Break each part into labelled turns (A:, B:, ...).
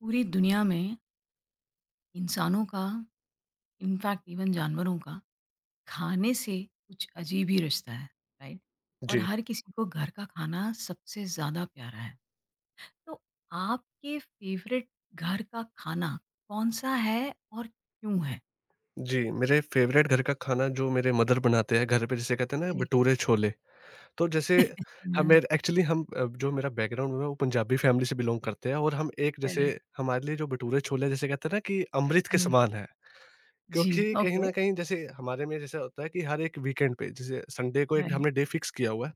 A: पूरी दुनिया में इंसानों का, इनफैक्ट इवन जानवरों का, खाने से कुछ अजीब ही रिश्ता है, राइट। और
B: जी,
A: हर किसी को घर का खाना सबसे ज़्यादा प्यारा है, तो आपके फेवरेट घर का खाना कौन-सा है और क्यों है?
B: जी, मेरे फ़ेवरेट घर का खाना जो मेरे मदर बनाते हैं घर पे, जिसे कहते हैं ना,
A: जी।
B: भटूरे छोले। तो जैसे हमें
A: हुँ।
B: एक्चुअली, हम जो मेरा बैकग्राउंड है वो पंजाबी फैमिली से बिलॉन्ग करते हैं। और हम एक जैसे,
A: करेक्ट।
B: हमारे लिए जो भटूरे छोले, जैसे कहते हैं ना कि अमृत के
A: हुँ।
B: समान है।
A: जी,
B: क्योंकि कहीं
A: ओके।
B: न कहीं जैसे हमारे में जैसा होता है कि हर एक वीकेंड पे, जैसे संडे को, एक
A: राइट।
B: हमने डे फ़िक्स किया हुआ है।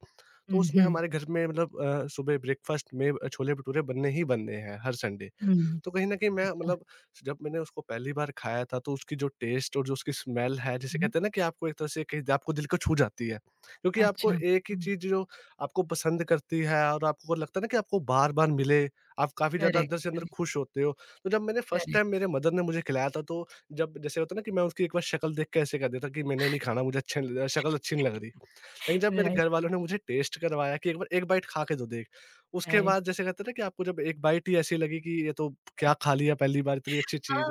B: तो
A: हुँ,
B: उसमें
A: हुँ,
B: हमारे घर में मतलब सुबह ब्रेकफ़ास्ट में छोले भटूरे बनने ही बनने हैं हर संडे।
A: हुँ।
B: तो कहीं न कहीं मैं
A: अच्छा।
B: मतलब, जब मैंने उसको पहली बार खाया था, तो उसकी जो टेस्ट और जो उसकी स्मेल है, जिसे
A: हुँ,
B: कहते हैं ना कि आपको एक तरह से कहीं आपको दिल को छू जाती है। क्योंकि आपको
A: अच्छा।
B: एक ही
A: हुँ,
B: चीज़ जो आपको पसंद करती है और आपको लगता है ना कि आपको बार-बार मिले, आप काफ़ी ज़्यादा
A: करेक्ट,
B: अंदर से अंदर
A: करेक्ट,
B: खुश होते हो। तो जब मैंने फर्स्ट
A: करेक्ट।
B: टाइम मेरे मदर ने मुझे खिलाया था, तो जब जैसे होता है ना कि मैं उसकी एक बार शक्ल देख के ऐसे कह देता कि मैंने नहीं खाना, मुझे अच्छे शक्ल अच्छी नहीं लग रही। लेकिन जब मेरे
A: राइट,
B: घर वालों ने मुझे टेस्ट करवाया कि एक बार एक बाइट खा के तो देख। उसके
A: राइट,
B: बाद जैसे कहते हैं ना कि आपको जब एक बाइट ही ऐसी लगी कि ये तो, क्या
A: करेक्ट।
B: खा लिया पहली बार इतनी अच्छी चीज़।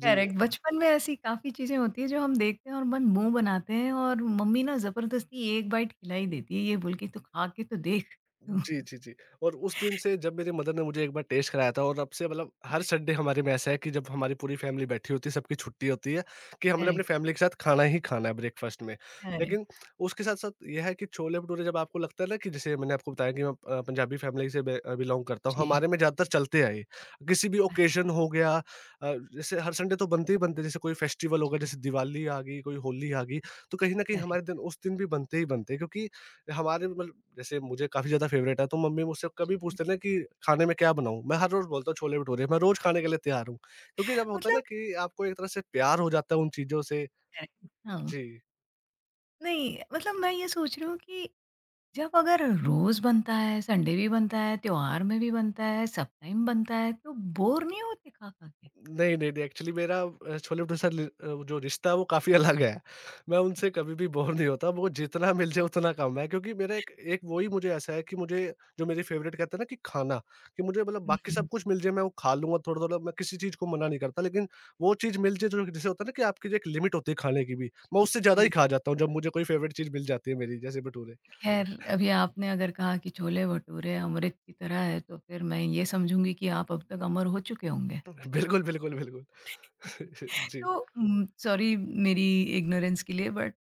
B: जी।
A: करेक्ट। बचपन में ऐसी काफ़ी चीज़ें होती हैं जो हम देखते हैं और मन मुँह बनाते हैं, और मम्मी ना ज़बरदस्ती एक बाइट खिला ही देती है ये बोल के तो खा के तो देख। तो
B: जी, जी, जी। और उस दिन से जब मेरी मदर ने मुझे एक बार टेस्ट कराया था, और अब से मतलब हर संडे हमारे में ऐसा है कि जब हमारी पूरी फैमिली बैठी होती है, सबकी छुट्टी होती है, कि हमने अपनी
A: करेक्ट,
B: फैमिली के साथ खाना ही खाना है ब्रेकफास्ट में।
A: करेक्ट।
B: लेकिन उसके साथ-साथ ये है कि छोले-भटूरे, जब आपको लगता है ना कि, जैसे मैंने आपको बताया कि मैं पंजाबी फैमिली से बिलॉन्ग करता हूँ,
A: जी,
B: हमारे में ज़्यादातर
A: जी।
B: चलते आए। किसी भी
A: अच्छा
B: ओकेज़न हो गया, जैसे हर संडे तो बनते ही बनते हैं, जैसे कोई फेस्टिवल हो गया,
A: जी।
B: जैसे दिवाली आ गई, कोई होली आ गई, तो कहीं न कहीं
A: करेक्ट।
B: हमारे दिन उस दिन भी बनते ही बनते हैं, क्योंकि हमारे मतलब, जैसे मुझे काफ़ी ज़्यादा फ़ेवरेट है, तो मम्मी मुझसे कभी
A: जी।
B: पूछते ना कि खाने में क्या बनाऊँ? मैं हर रोज़ बोलता हूँ छोले-भटूरे, मैं रोज़ खाने के लिए तैयार हूँ। क्योंकि जब होता है ना
A: मतलब
B: कि आपको एक तरह से प्यार हो जाता है उन चीज़ों से।
A: करेक्ट, हाँ।
B: जी।
A: नहीं, मतलब मैं ये सोच रही हूँ कि जब, अगर रोज बनता है, संडे भी बनता है, त्योहार में भी बनता है, सब टाइम बनता है, तो बोर नहीं होते खा खा के?
B: नहीं, नहीं, नहीं, एक्चुअली मेरा छोले भटूरे के साथ जो रिश्ता है वो काफ़ी अलग है। मैं उनसे कभी भी बोर नहीं होता, वो जितना मिल जाए उतना कम है, क्योंकि मेरा एक एक वो ही मुझे ऐसा है कि मुझे, जो मेरी फेवरेट कहते हैं ना कि खाना, कि मुझे मतलब बाकी
A: हम्म,
B: सब कुछ मिल जाए मैं वो खा लूँगा थोड़ा-थोड़ा, मैं किसी चीज़ को मना नहीं करता, लेकिन वो चीज़ मिल जाए जो, जैसे होता है ना कि आपकी जो एक लिमिट होती है खाने की भी, मैं उससे ज़्यादा ही
A: जी।
B: खा जाता हूँ जब मुझे कोई फेवरेट चीज़ मिल जाती है मेरी, जैसे भटूरे।
A: खैर, अभी आपने अगर कहा कि छोले-भटूरे अमृत की तरह है, तो फिर मैं ये समझूँगी कि आप अब तक अमर हो चुके होंगे।
B: बिल्कुल, बिल्कुल, बिल्कुल। जी।
A: तो सॉरी मेरी इग्नोरेंस के लिए, बट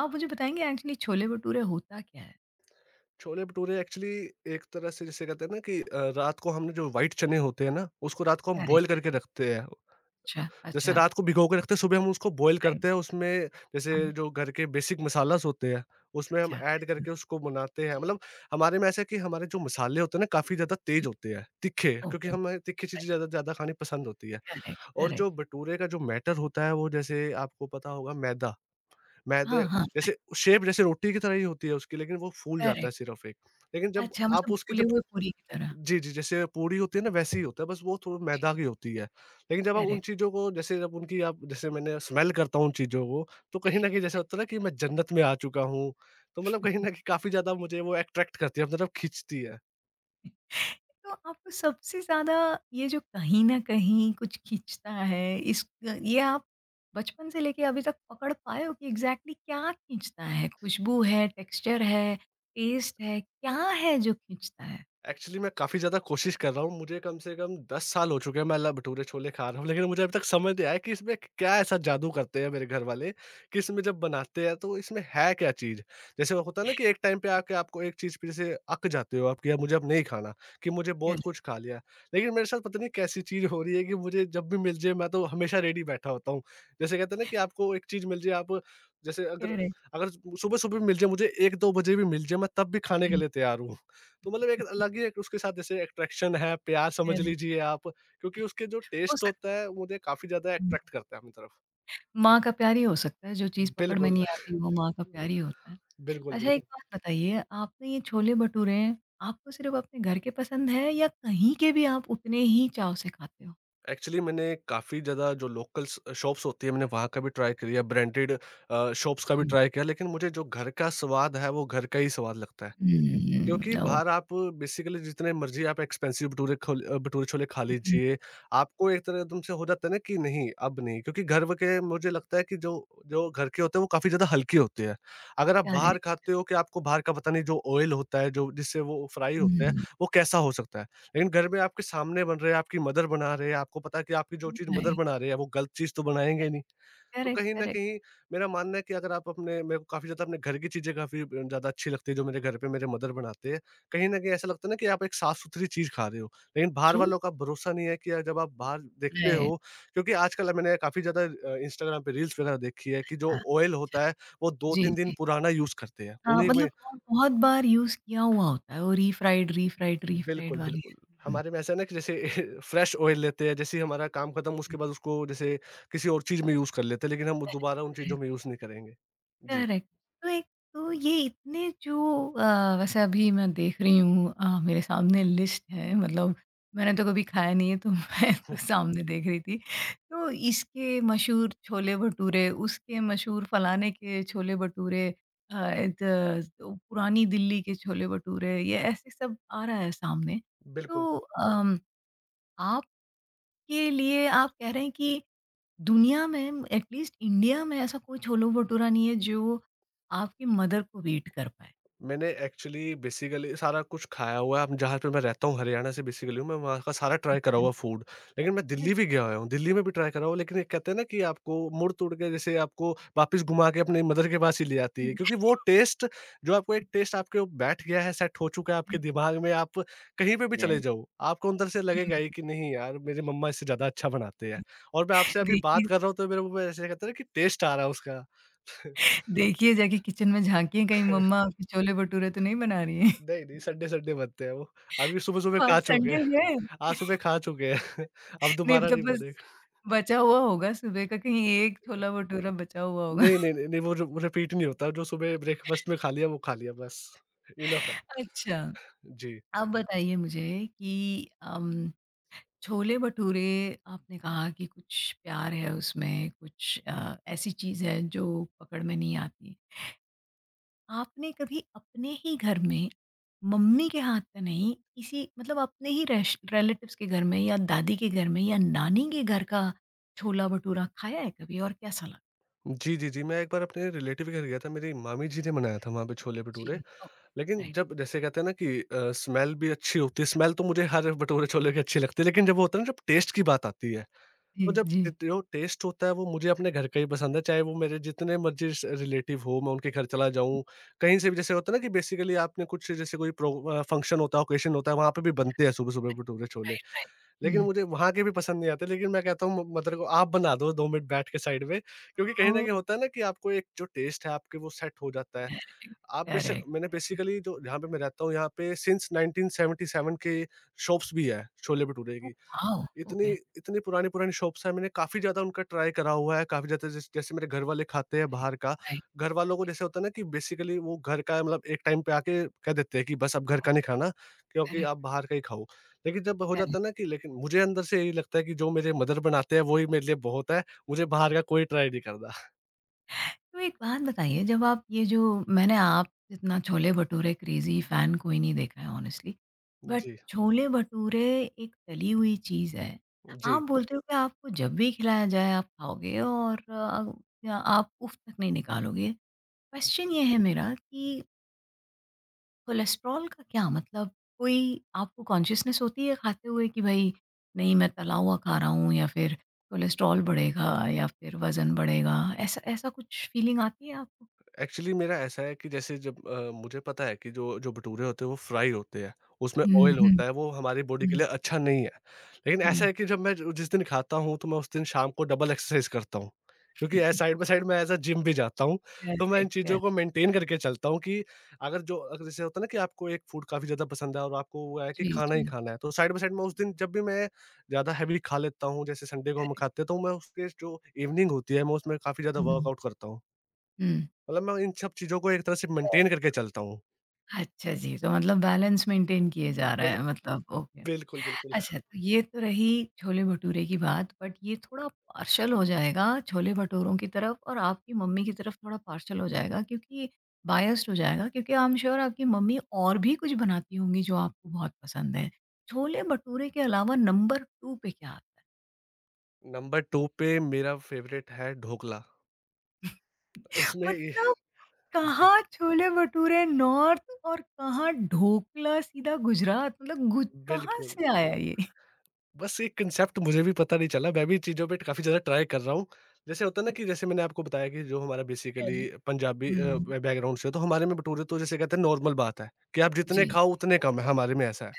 A: आप मुझे बताएँगे एक्चुअली छोले-भटूरे होता क्या है?
B: छोले भटूरे एक्चुअली एक तरह से, जिसे कहते हैं ना कि, रात को हमने जो व्हाइट चने होते हैं ना, उसको रात को हम
A: करेक्ट,
B: बॉयल करके
A: करेक्ट।
B: रखते हैं।
A: अच्छा,
B: जैसे
A: अच्छा।
B: रात को भिगो के रखते हैं, सुबह हम उसको बॉयल
A: राइट,
B: करते हैं, उसमें
A: हाँ।
B: जैसे जो घर के बेसिक मसालास होते हैं, उसमें
A: अच्छा,
B: हम ऐड
A: अच्छा।
B: करके उसको बनाते हैं। मतलब हमारे में ऐसा है कि हमारे जो मसाले होते हैं ना, काफ़ी ज़्यादा
A: जी,
B: तेज़ होते हैं, तीखे, क्योंकि
A: ओके,
B: हमें तीखी चीज़ें
A: राइट,
B: ज़्यादा ज़्यादा खानी पसंद होती है।
A: करेक्ट,
B: और
A: करेक्ट।
B: जो भटूरे का जो बैटर होता है, वो जैसे आपको पता होगा मैदा,
A: हाँ,
B: मैदे
A: हाँ, राइट,
B: जैसे शेप, जैसे रोटी की तरह ही होती है उसकी, लेकिन वो फूल जाता है
A: करेक्ट।
B: सिर्फ़ एक। लेकिन जब
A: अच्छा,
B: आप
A: मतलब
B: उसकी
A: फूले
B: जब,
A: हुए पूरी की तरह।
B: जी, जी, जैसे पूरी होती है ना, वैसी ही होता है, बस वो थोड़ा
A: जी,
B: मैदा की होती है। लेकिन जब आप उन
A: करेक्ट,
B: चीज़ों को, जैसे जब उनकी आप, जैसे मैंने स्मेल करता हूँ उन चीज़ों को, तो कहीं न कहीं जैसा होता है ना कि मैं जन्नत में आ चुका हूँ। तो मतलब कहीं
A: राइट।
B: न कहीं काफ़ी ज़्यादा मुझे वो अट्रैक्ट करती है, मतलब खींचती है।
A: तो आपको सबसे ज़्यादा ये जो कहीं न कहीं कुछ खींचता है, इस ये आप बचपन से लेके अभी तक पकड़ पाए हो कि एग्ज़ैक्टली क्या खींचता है? खुशबू है, टेक्सचर है, टेस्ट है, क्या है जो खींचता है?
B: एक्चुअली मैं काफ़ी ज़्यादा कोशिश कर रहा हूँ। मुझे कम से कम 10 साल हो चुके हैं मैं ल भटूरे छोले खा रहा हूँ, लेकिन मुझे अभी तक समझ नहीं आया कि इसमें क्या ऐसा जादू करते हैं मेरे घर वाले, कि इसमें जब बनाते हैं तो इसमें है क्या चीज़? जैसे वो होता है ना कि एक टाइम पे आके आपको एक चीज़ पे जैसे अक जाते हो आप कि यार मुझे अब नहीं खाना, कि मुझे बहुत
A: करेक्ट,
B: कुछ खा लिया। लेकिन मेरे साथ पता नहीं कैसी चीज़ हो रही है कि मुझे जब भी मिल जाए, मैं तो हमेशा रेडी बैठा होता हूँ। जैसे कहते हैं ना कि आपको एक चीज़ मिल जाए, आप, जैसे, अगर
A: करेक्ट,
B: अगर सुबह-सुबह मिल जाए मुझे, 1-2 बजे भी मिल जाए, मैं तब भी खाने के
A: हुँ,
B: लिए तैयार हूँ। तो मतलब एक अलग ही एक उसके साथ जैसे अट्रैक्शन है, प्यार समझ
A: करेक्ट।
B: लीजिए आप, क्योंकि उसके जो
A: हो
B: टेस्ट
A: सकता है।
B: होता है, वो मुझे काफ़ी ज़्यादा
A: हुँ,
B: अट्रैक्ट करता है अपनी तरफ।
A: माँ का प्यार ही हो सकता है, जो चीज़ पकड़ में
B: बिल्कुल।
A: नहीं आती वो माँ का प्यार ही होता है।
B: बिल्कुल,
A: अच्छा, एक
B: बिल्कुल।
A: बात बताइए, आपने ये छोले-भटूरे आपको सिर्फ़ अपने घर के पसंद है या कहीं के भी आप उतने ही चाव से खाते हो?
B: एक्चुअली मैंने काफ़ी ज़्यादा, जो लोकल्स शॉप्स होती है, मैंने वहाँ का भी ट्राई किया, ब्रांडेड शॉप्स का भी
A: जी।
B: ट्राई किया, लेकिन मुझे जो घर का स्वाद है, वो घर का ही स्वाद लगता है।
A: Mm,
B: क्योंकि
A: okay.
B: बाहर आप बेसिकली जितने मर्ज़ी आप एक्सपेंसिव भटूरे छोले खा लीजिए, आपको एक तरह तुमसे हो जाता है ना कि नहीं, अब नहीं, क्योंकि घर व के मुझे लगता है कि जो, जो घर के होते हैं, वो काफ़ी ज़्यादा हल्के होते हैं। अगर आप
A: Correct.
B: बाहर खाते हो कि आपको बाहर का पता नहीं जो ऑयल होता है, जो जिससे वो फ्राई होते हैं,
A: Mm.
B: वो कैसा हो सकता है। लेकिन घर में आपके सामने बन रहे हैं, आपकी मदर बना रहे हैं, आपको पता है कि आपकी जो चीज़ मदर
A: राइट,
B: बना रहे हैं, वो गलत चीज़ तो बनाएँगे नहीं। तो
A: करेक्ट,
B: कहीं न
A: करेक्ट,
B: कहीं मेरा मानना है कि अगर आप अपने, मेरे को काफ़ी ज़्यादा अपने घर की चीज़ें काफ़ी ज़्यादा अच्छी लगती है जो मेरे घर पे मेरे मदर बनाते हैं। कहीं न कहीं ऐसा लगता है ना कि आप एक साफ-सुथरी चीज़ खा रहे हो। लेकिन बाहर
A: ट्रू,
B: वालों का भरोसा नहीं है कि, जब आप बाहर देखते
A: राइट,
B: हो, क्योंकि आजकल मैंने काफ़ी ज़्यादा इंस्टाग्राम पे रील्स वगैरह देखी है कि जो
A: अच्छा,
B: ऑयल
A: अच्छा,
B: होता है वो
A: जी,
B: 2-3 दिन
A: जी।
B: पुराना यूज़ करते हैं।
A: हाँ,
B: उन्हीं में
A: मतलब और बहुत बार यूज़ किया हुआ होता है वो, रीफ्राइड, रीफ्राइड, रीफ्राइड
B: बिल्कुल,
A: वाली।
B: बिल्कुल।
A: हुँ,
B: हमारे में ऐसा है ना कि जैसे फ्रेश ऑयल लेते हैं, जैसे ही हमारा काम खत्म उसके बाद
A: करेक्ट,
B: उसको जैसे किसी और चीज़ में यूज़ कर लेते हैं, लेकिन हम
A: करेक्ट,
B: दोबारा उन
A: करेक्ट।
B: चीज़ों में यूज़ नहीं करेंगे। जी।
A: करेक्ट। तो एक तो ये इतने जो वैसे अभी मैं देख रही हूँ, मेरे सामने लिस्ट है, मतलब मैंने तो कभी खाया नहीं है तो मैं तो सामने देख रही थी। तो इसके मशहूर छोले-भटूरे, उसके मशहूर फलाने के छोले-भटूरे, द पुरानी दिल्ली के छोले-भटूरे, ये ऐसे सब आ रहा है सामने।
B: बिल्कुल,
A: तो आपके लिए आप कह रहे हैं कि दुनिया में, एटलीस्ट इंडिया में, ऐसा कोई छोलो भटूरा नहीं है जो आपकी मदर को बीट कर पाए।
B: मैंने एक्चुअली बेसिकली सारा कुछ खाया हुआ है, अब जहाँ पे मैं रहता हूँ हरियाणा से बेसिकली हूँ, मैं वहाँ का सारा ट्राई करा हुआ फूड। लेकिन मैं दिल्ली भी
A: अच्छा,
B: गया हुआ हूँ, दिल्ली में भी ट्राई करा हुआ लेकिन एक कहते हैं ना कि आपको मुड़-तुड़ के जैसे आपको वापस घुमा के अपने मदर के पास ही ले जाती है। क्योंकि
A: अच्छा।
B: वो टेस्ट जो आपको एक टेस्ट आपके ऊपर बैठ गया है, सेट हो चुका है आपके दिमाग में, आप कहीं पे भी चले
A: जय
B: जाओ, आपको अंदर से लगेगा ही
A: हुँ।
B: कि नहीं यार मेरी मम्मा इससे ज़्यादा अच्छा बनाते हैं। और मैं आपसे अभी
A: देखिए
B: बात कर रहा हूँ तो मेरे मुँह में ऐसे कहते हैं ना कि टेस्ट आ रहा है उसका।
A: देखिए जाके किचन में झाँकिए, कहीं मम्मा आपके छोले भटूरे तो नहीं बना रही हैं।
B: नहीं, नहीं, संडे-संडे बनते हैं वो। अभी सुबह-सुबह
A: तो आज
B: खा चुके
A: संडे
B: हैं,
A: है।
B: आज सुबह खा चुके हैं, अब
A: नहीं
B: दोबारा
A: तो
B: नहीं
A: बस
B: बनेगा।
A: बचा हुआ होगा सुबह का, कहीं एक छोला भटूरा बचा हुआ होगा।
B: नहीं, नहीं, नहीं, नहीं वो जो रिपीट नहीं होता, जो सुबह ब्रेकफास्ट में खा लिया, वो खा लिया बस, इनफ है।
A: अच्छा,
B: जी।
A: आप बताइए मुझे कि अम छोले भटूरे आपने कहा कि कुछ प्यार है उसमें, कुछ ऐसी चीज़ है जो पकड़ में नहीं आती। आपने कभी अपने ही घर में, मम्मी के हाथ का नहीं, किसी मतलब अपने ही रेश रिलेटिव्स के घर में या दादी के घर में या नानी के घर का छोला भटूरा खाया है कभी, और कैसा लगा?
B: जी, जी, जी, मैं एक बार अपने रिलेटिव के घर गया था, मेरी मामी जी ने बनाया था वहाँ पे छोले-भटूरे,
A: जी। ओके,
B: लेकिन
A: राइट।
B: जब, जैसे कहते हैं ना कि, स्मेल भी अच्छी होती है, स्मेल तो मुझे हर भटूरे-छोले की अच्छी लगती है, लेकिन जब वो होता है ना, जब टेस्ट की बात आती है,
A: जी,
B: तो जब
A: जी।
B: ट जो टेस्ट होता है वो मुझे अपने घर का ही पसंद है, चाहे वो मेरे जितने मर्ज़ी स रिलेटिव हो, मैं उनके घर चला जाऊँ, कहीं से भी, जैसे होता है ना कि बेसिकली आपने कुछ जैसे कोई फंक्शन होता है, ओकेशन होता है, वहाँ पे भी बनते हैं सुबह-सुबह
A: right,
B: bhature, chole.
A: Right, right.
B: लेकिन
A: हुँ।
B: मुझे वहाँ के भी पसंद नहीं आते, लेकिन मैं कहता हूँ म मदर को आप बना दो 2 मिनट बैठ के साइड में, क्योंकि
A: तो
B: कहीं न कहीं होता है ना कि आपको एक जो टेस्ट है आपके, वो सेट हो जाता है।
A: करेक्ट,
B: आप बेशक,
A: करेक्ट।
B: मैंने बेसिकली जो, जहाँ पे मैं रहता हूँ, यहाँ पे सिंस 1977 के शॉप्स भी है, छोले भटूरे
A: ओह
B: की।
A: वाओ!
B: इतनी
A: ओके,
B: इतनी पुरानी-पुरानी शॉप्स हैं, मैंने काफ़ी ज़्यादा उनका ट्राई करा हुआ है। काफ़ी ज़्यादा जैसे मेरे घर वाले खाते हैं
A: राइट,
B: बाहर का,
A: राइट,
B: घर वालों को जैसे होता है ना कि बेसिकली वो घर का मतलब एक टाइम पे आके कह देते हैं कि बस अब घर का
A: करेक्ट,
B: नहीं खाना, क्योंकि
A: करेक्ट।
B: आप बाहर का ही खाओ। लेकिन जब हो जाता है ना कि लेकिन मुझे अंदर से यही लगता है कि जो मेरे मदर बनाते हैं, वो ही मेरे लिए बहुत है, मुझे बाहर का कोई ट्राई नहीं करना।
A: तो एक बात बताइए, जब आप ये जो, मैंने आप जितना छोले-भटूरे क्रेज़ी फ़ैन कोई नहीं देखा है ऑनेस्टली। बट
B: जी,
A: छोले-भटूरे एक तली हुई चीज़ है।
B: जी।
A: आप बोलते हो कि आपको जब भी खिलाया जाए आप खाओगे और आप उफ़ तक नहीं निकालोगे। क्वेश्चन ये है मेरा कि कोलेस्ट्रॉल का, क्या मतलब, कोई आपको कॉन्शसनेस होती है खाते हुए कि भई नहीं, मैं तला हुआ खा रहा हूँ, या फिर कोलेस्ट्रॉल बढ़ेगा या फिर वज़न बढ़ेगा? ऐसा ऐसा कुछ फीलिंग आती है आपको?
B: एक्चुअली मेरा ऐसा है कि जैसे जब मुझे पता है कि जो जो भटूरे होते हैं वो फ्राई होते हैं, उसमें
A: हुँ,
B: ऑयल
A: हुँ,
B: होता है, वो हमारी बॉडी के
A: हुँ।
B: लिए अच्छा नहीं है। लेकिन ऐसा
A: हुँ।
B: है कि जब मैं जो जिस दिन खाता हूँ तो मैं उस दिन शाम को डबल एक्सरसाइज करता हूँ। क्योंकि ए साइड बाय साइड मैं एज़ अ जिम भी जाता हूँ,
A: करेक्ट,
B: तो मैं इन चीज़ों
A: करेक्ट।
B: को मेंटेन करके चलता हूँ कि अगर जैसे होता है ना कि आपको एक फूड काफ़ी ज़्यादा पसंद है और आपको वो है कि
A: जी,
B: खाना ही
A: जी,
B: खाना है, तो साइड बाय साइड मैं उस
A: जी,
B: दिन जब भी मैं ज़्यादा हैवी खा लेता हूँ, जैसे संडे को हम
A: करेक्ट।
B: खाते हैं, तो मैं उसके जो इवनिंग होती है, मैं उसमें काफ़ी ज़्यादा
A: हुँ,
B: वर्कआउट करता हूँ।
A: हुँ।
B: मतलब मैं इन सब चीज़ों को एक तरह से मेंटेन करके
A: करेक्ट।
B: चलता हूँ।
A: अच्छा जी, तो मतलब बैलेंस मेंटेन किए जा रहा
B: बिल
A: है, मतलब ओके।
B: बिल्कुल, बिल्कुल।
A: अच्छा, तो ये तो रही छोले-भटूरे की बात, बट ये थोड़ा पार्शल हो जाएगा छोले-भटूरों की तरफ और आपकी मम्मी की तरफ, थोड़ा पार्शल हो जाएगा क्योंकि बायस्ड हो जाएगा क्योंकि आई एम श्योर आपकी मम्मी और भी कुछ बनाती होंगी जो आपको बहुत पसंद है। छोले-भटूरे के अलावा नंबर 2 पे क्या आता
B: नंबर 2 पे मेरा फ़ेवरेट है ढोकला।
A: है?
B: उसमें ये
A: मतलब
B: जी,
A: कहाँ छोले-भटूरे नॉर्थ और कहाँ ढोकला सीधा गुजरात, मतलब गुज कहाँ
B: बिल्कुल।
A: से आया ये?
B: बस ये कांसेप्ट मुझे भी पता नहीं चला, मैं भी चीज़ों पे काफ़ी ज़्यादा ट्राई कर रहा हूँ। जैसे होता है ना कि जैसे मैंने आपको बताया कि जो हमारा बेसिकली
A: करेक्ट,
B: पंजाबी
A: हुँ।
B: ब बैकग्राउंड से है, तो हमारे में भटूरे तो जैसे कहते हैं नॉर्मल बात है, कि आप जितने
A: जी,
B: खाओ उतने कम है, हमारे में ऐसा है।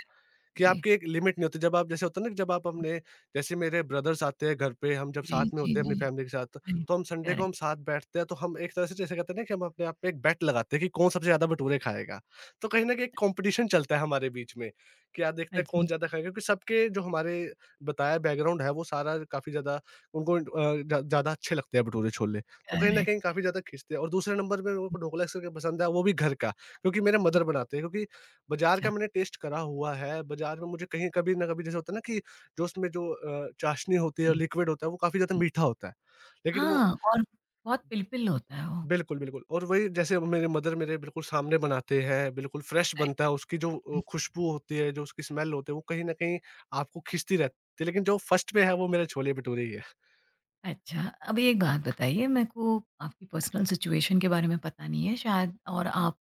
B: कि
A: जी,
B: आपकी एक लिमिट नहीं होती, जब आप जैसे होता है ना, जब आप अपने, जैसे मेरे ब्रदर्स आते हैं घर पे, हम जब
A: जी,
B: साथ में
A: जी,
B: होते हैं अपनी
A: जी।
B: फैमिली के साथ,
A: राइट,
B: तो हम संडे को
A: करेक्ट,
B: हम साथ बैठते हैं, तो हम एक तरह से जैसे कहते हैं ना कि हम अपने आप में एक बेट लगाते हैं कि कौन सबसे ज्यादा भटूरे खाएगा। तो कहीं ना कहीं एक कंपटीशन चलता है हमारे बीच में कि आप देखते हैं
A: सच
B: कौन
A: में,
B: ज्यादा खाएगा, क्योंकि सबके जो हमारे बताया बैकग्राउंड है वो सारा काफी ज्यादा, उनको ज्यादा अच्छे लगते हैं भटूरे छोले, तो कहीं ना कहीं
A: करेक्ट।
B: काफी ज्यादा खींचते हैं, और दूसरे नंबर पे
A: हुँ,
B: उनको ढोकला इसलिए पसंद है, वो भी घर का क्योंकि मेरे मदर बनाते हैं। क्योंकि बाज़ार
A: अच्छा,
B: का मैंने टेस्ट करा हुआ है, बाज़ार में मुझे कहीं कभी ना कभी जैसे होता है ना कि जो उसमें जो चाशनी होती
A: जी,
B: है, लिक्विड होता है, वो काफ़ी ज़्यादा
A: जी।
B: मीठा होता है। लेकिन वो
A: हाँ, और बहुत पिल-पिल होता है वो।
B: बिल्कुल, बिल्कुल, और वही जैसे मेरे मदर मेरे बिल्कुल सामने बनाते हैं, बिल्कुल फ्रेश
A: राइट।
B: बनता है, उसकी जो
A: हुँ,
B: खुशबू होती है, जो उसकी स्मेल होती है, वो कहीं न कहीं आपको खींचती रहती है, लेकिन जो फर्स्ट पे है, वो मेरे छोले भटूरे ही है।
A: अच्छा, अब एक बात बताइए मेरे को, आपकी पर्सनल सिचुएशन के बारे में पता नहीं है शायद, और आप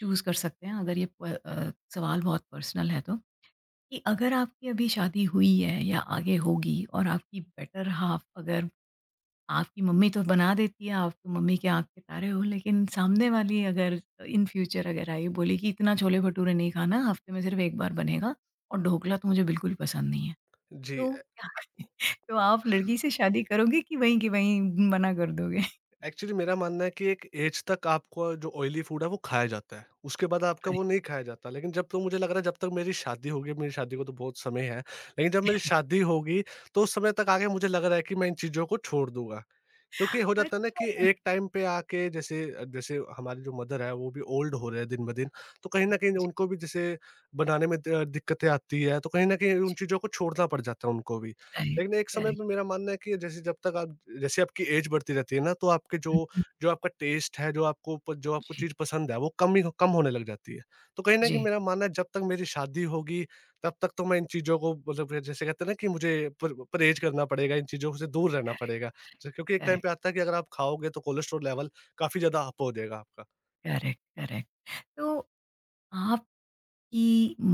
A: चूज़ कर सकते हैं अगर ये सवाल बहुत पर्सनल है तो। कि अगर आपकी अभी शादी हुई है या आगे होगी और आपकी बेटर हाफ, अगर आपकी मम्मी तो बना देती है, आप तो मम्मी के आँख के तारे हो, लेकिन सामने वाली अगर इन फ्यूचर अगर आई बोली कि इतना छोले-भटूरे नहीं खाना, हफ्ते में सिर्फ 1 बार बनेगा, और ढोकला तो मुझे बिल्कुल पसंद नहीं है।
B: जी।
A: तो क्या तो आप लड़की से शादी करोगे कि वहीं की वहीं मना कर दोगे?
B: एक्चुअली मेरा मानना है कि एक एज तक आपको जो ऑयली फूड है वो खाया जाता है, उसके बाद आपका
A: राइट।
B: वो नहीं खाया जाता। लेकिन जब, तो मुझे लग रहा है जब तक मेरी शादी होगी, मेरी शादी को तो बहुत समय है, लेकिन जब मेरी शादी होगी तो उस समय तक आगे मुझे लग रहा है कि मैं इन चीज़ों को छोड़ दूंगा, क्योंकि हो जाता है ना कि
A: अच्छा।
B: एक टाइम पे आके जैसे, जैसे हमारी जो मदर है वो भी ओल्ड हो रहे हैं दिन ब दिन, तो कहीं
A: जी,
B: ना कहीं
A: जी,
B: उनको भी जैसे बनाने में दिक्कतें आती है, तो कहीं ना कहीं उन
A: जी,
B: चीज़ों को छोड़ना पड़ जाता है उनको भी।
A: राइट,
B: लेकिन एक समय
A: करेक्ट।
B: पे मेरा मानना है कि जैसे जब तक आप, जैसे आपकी एज बढ़ती रहती है ना, तो आपके जो
A: हुँ, हुँ।
B: जो आपका टेस्ट है, जो आपको जो आपको
A: जी।
B: चीज़ पसंद है वो कम ही कम होने लग जाती है। तो कहीं ना कहीं
A: जी,
B: मेरा मानना है जब तक मेरी शादी होगी, तब तक तो मैं इन चीज़ों को, मतलब जैसे कहते हैं ना कि मुझे परहेज करना पड़ेगा, इन चीज़ों से दूर रहना
A: करेक्ट,
B: पड़ेगा। जी, क्योंकि एक टाइम
A: करेक्ट,
B: पे आता है कि अगर आप खाओगे तो कोलेस्ट्रॉल लेवल काफ़ी ज़्यादा अप हो जाएगा आपका।
A: Correct, correct. तो आप, कि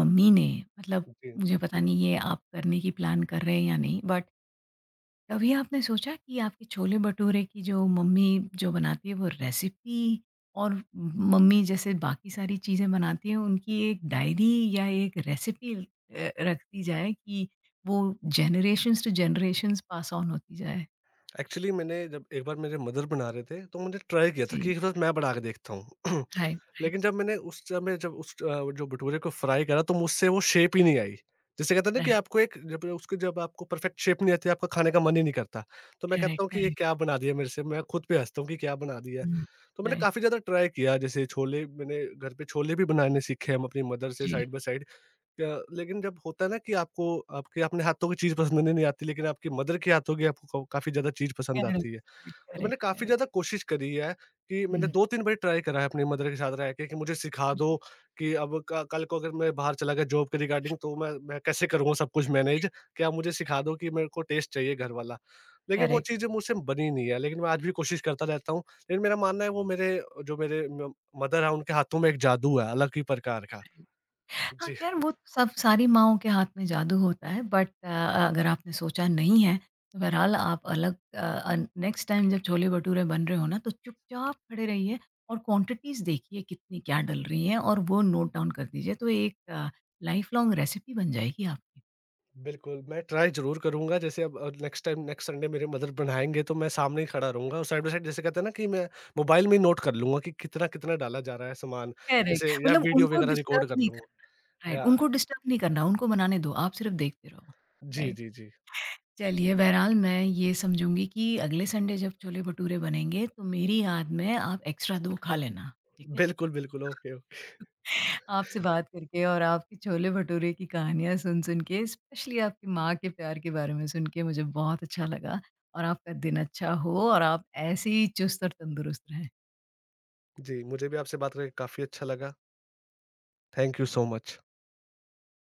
A: मम्मी ने, मतलब
B: जी।
A: मुझे पता नहीं ये आप करने की प्लान कर रहे हैं या नहीं, बट कभी आपने सोचा कि आपके छोले भटूरे की जो मम्मी जो बनाती है वो रेसिपी, और मम्मी जैसे बाकी सारी चीज़ें बनाती हैं, उनकी एक डायरी या एक रेसिपी रख दी जाए कि वो generations to generations pass on होती जाए?
B: एक्चुअली मैंने जब एक बार मेरे मदर बना रहे थे तो मैंने ट्राई किया था कि
A: जी,
B: एक बार मैं बना के देखता हूँ।
A: राइट, राइट,
B: लेकिन जब मैंने उस समय, जब उस जो भटूरे को फ्राई करा तो मुझसे वो शेप ही नहीं आई। जिसे कहते हैं ना कि
A: राइट,
B: आपको एक, जब उसकी, जब आपको परफेक्ट शेप नहीं आती, आपका खाने का मन ही नहीं करता। तो मैं कहता
A: करेक्ट,
B: हूँ कि ये
A: करेक्ट,
B: क्या बना दिया मेरे से, मैं खुद पे हँसता हूँ कि क्या बना दिया है।
A: हुँ,
B: तो मैंने
A: राइट,
B: काफ़ी ज़्यादा ट्राई किया, जैसे छोले मैंने घर पे छोले भी बनाने सीखे हम अपनी मदर से
A: जी,
B: साइड बाय साइड। क्या लेकिन जब होता है ना कि आपको आपके अपने हाथों की चीज़ पसंद नहीं नहीं आती, लेकिन आपकी मदर के हाथों की आपको क काफ़ी ज़्यादा चीज़ पसंद
A: करेक्ट,
B: आती है।
A: करेक्ट,
B: तो मैंने
A: करेक्ट,
B: काफ़ी
A: करेक्ट,
B: ज़्यादा कोशिश करी है, कि मैंने
A: हुँ,
B: 2-3 बार ट्राई करा है अपनी मदर के साथ रह के कि मुझे सिखा दो,
A: जी,
B: कि अब क कल को अगर मैं बाहर चला गया जॉब के रिगार्डिंग तो मैं कैसे करूँगा सब कुछ मैनेज? कि आप मुझे सिखा दो कि मेरे को टेस्ट चाहिए घर वाला। लेकिन वो
A: करेक्ट।
B: चीज़ें मुझसे बनी नहीं है, लेकिन मैं आज भी कोशिश करता रहता हूँ। लेकिन मेरा मानना है वो मेरे, जो मेरे म मदर हैं उनके हाथों में एक जादू है अलग ही प्रकार का।
A: हाँ,
B: जी।
A: ख़ैर वो तो सब सारी माँओं के हाथ में जादू होता है, बट अगर आपने सोचा नहीं है, तो बहरहाल आप अलग, नेक्स्ट टाइम जब छोले-भटूरे बन रहे हो ना, तो चुपचाप खड़े रहिए और क्वांटिटीज़ देखिए कितनी क्या डल रही हैं और वो नोट डाउन कर दीजिए, तो एक लाइफ़ लॉन्ग रेसिपी बन जाएगी आपकी।
B: बिल्कुल, मैं ट्राई ज़रूर करूँगा। जैसे अब नेक्स्ट टाइम नेक्स्ट संडे मेरे मदर बनाएँगे तो मैं सामने ही खड़ा रहूँगा, और साइड बाय साइड जैसे कहते हैं ना कि मैं मोबाइल में ही नोट कर लूँगा कि कितना-कितना डाला जा रहा है सामान।
A: करेक्ट,
B: जैसे या
A: मतलब
B: वीडियो
A: उनको
B: वगैरह
A: डिस्टर्ब
B: रिकॉर्ड कर
A: नहीं करना।
B: लूँगा,
A: राइट,
B: या
A: उनको डिस्टर्ब नहीं करना, उनको बनाने दो, आप सिर्फ़ देखते रहो।
B: जी,
A: राइट।
B: जी, जी।
A: चलिए, बहरहाल मैं ये समझूँगी कि अगले संडे जब छोले-भटूरे बनेंगे तो मेरी याद में आप एक्स्ट्रा 2 खा लेना, ठीक है?
B: बिल्कुल, बिल्कुल। Okay, okay.
A: आपसे बात करके और आपके छोले-भटूरे की कहानियाँ सुन-सुन के, स्पेशली आपकी माँ के प्यार के बारे में सुन के, मुझे बहुत अच्छा लगा, और आपका दिन अच्छा हो और आप ऐसे ही चुस्त और तंदुरुस्त रहें।
B: जी, मुझे भी आपसे बात करके काफ़ी अच्छा लगा। Thank you so much.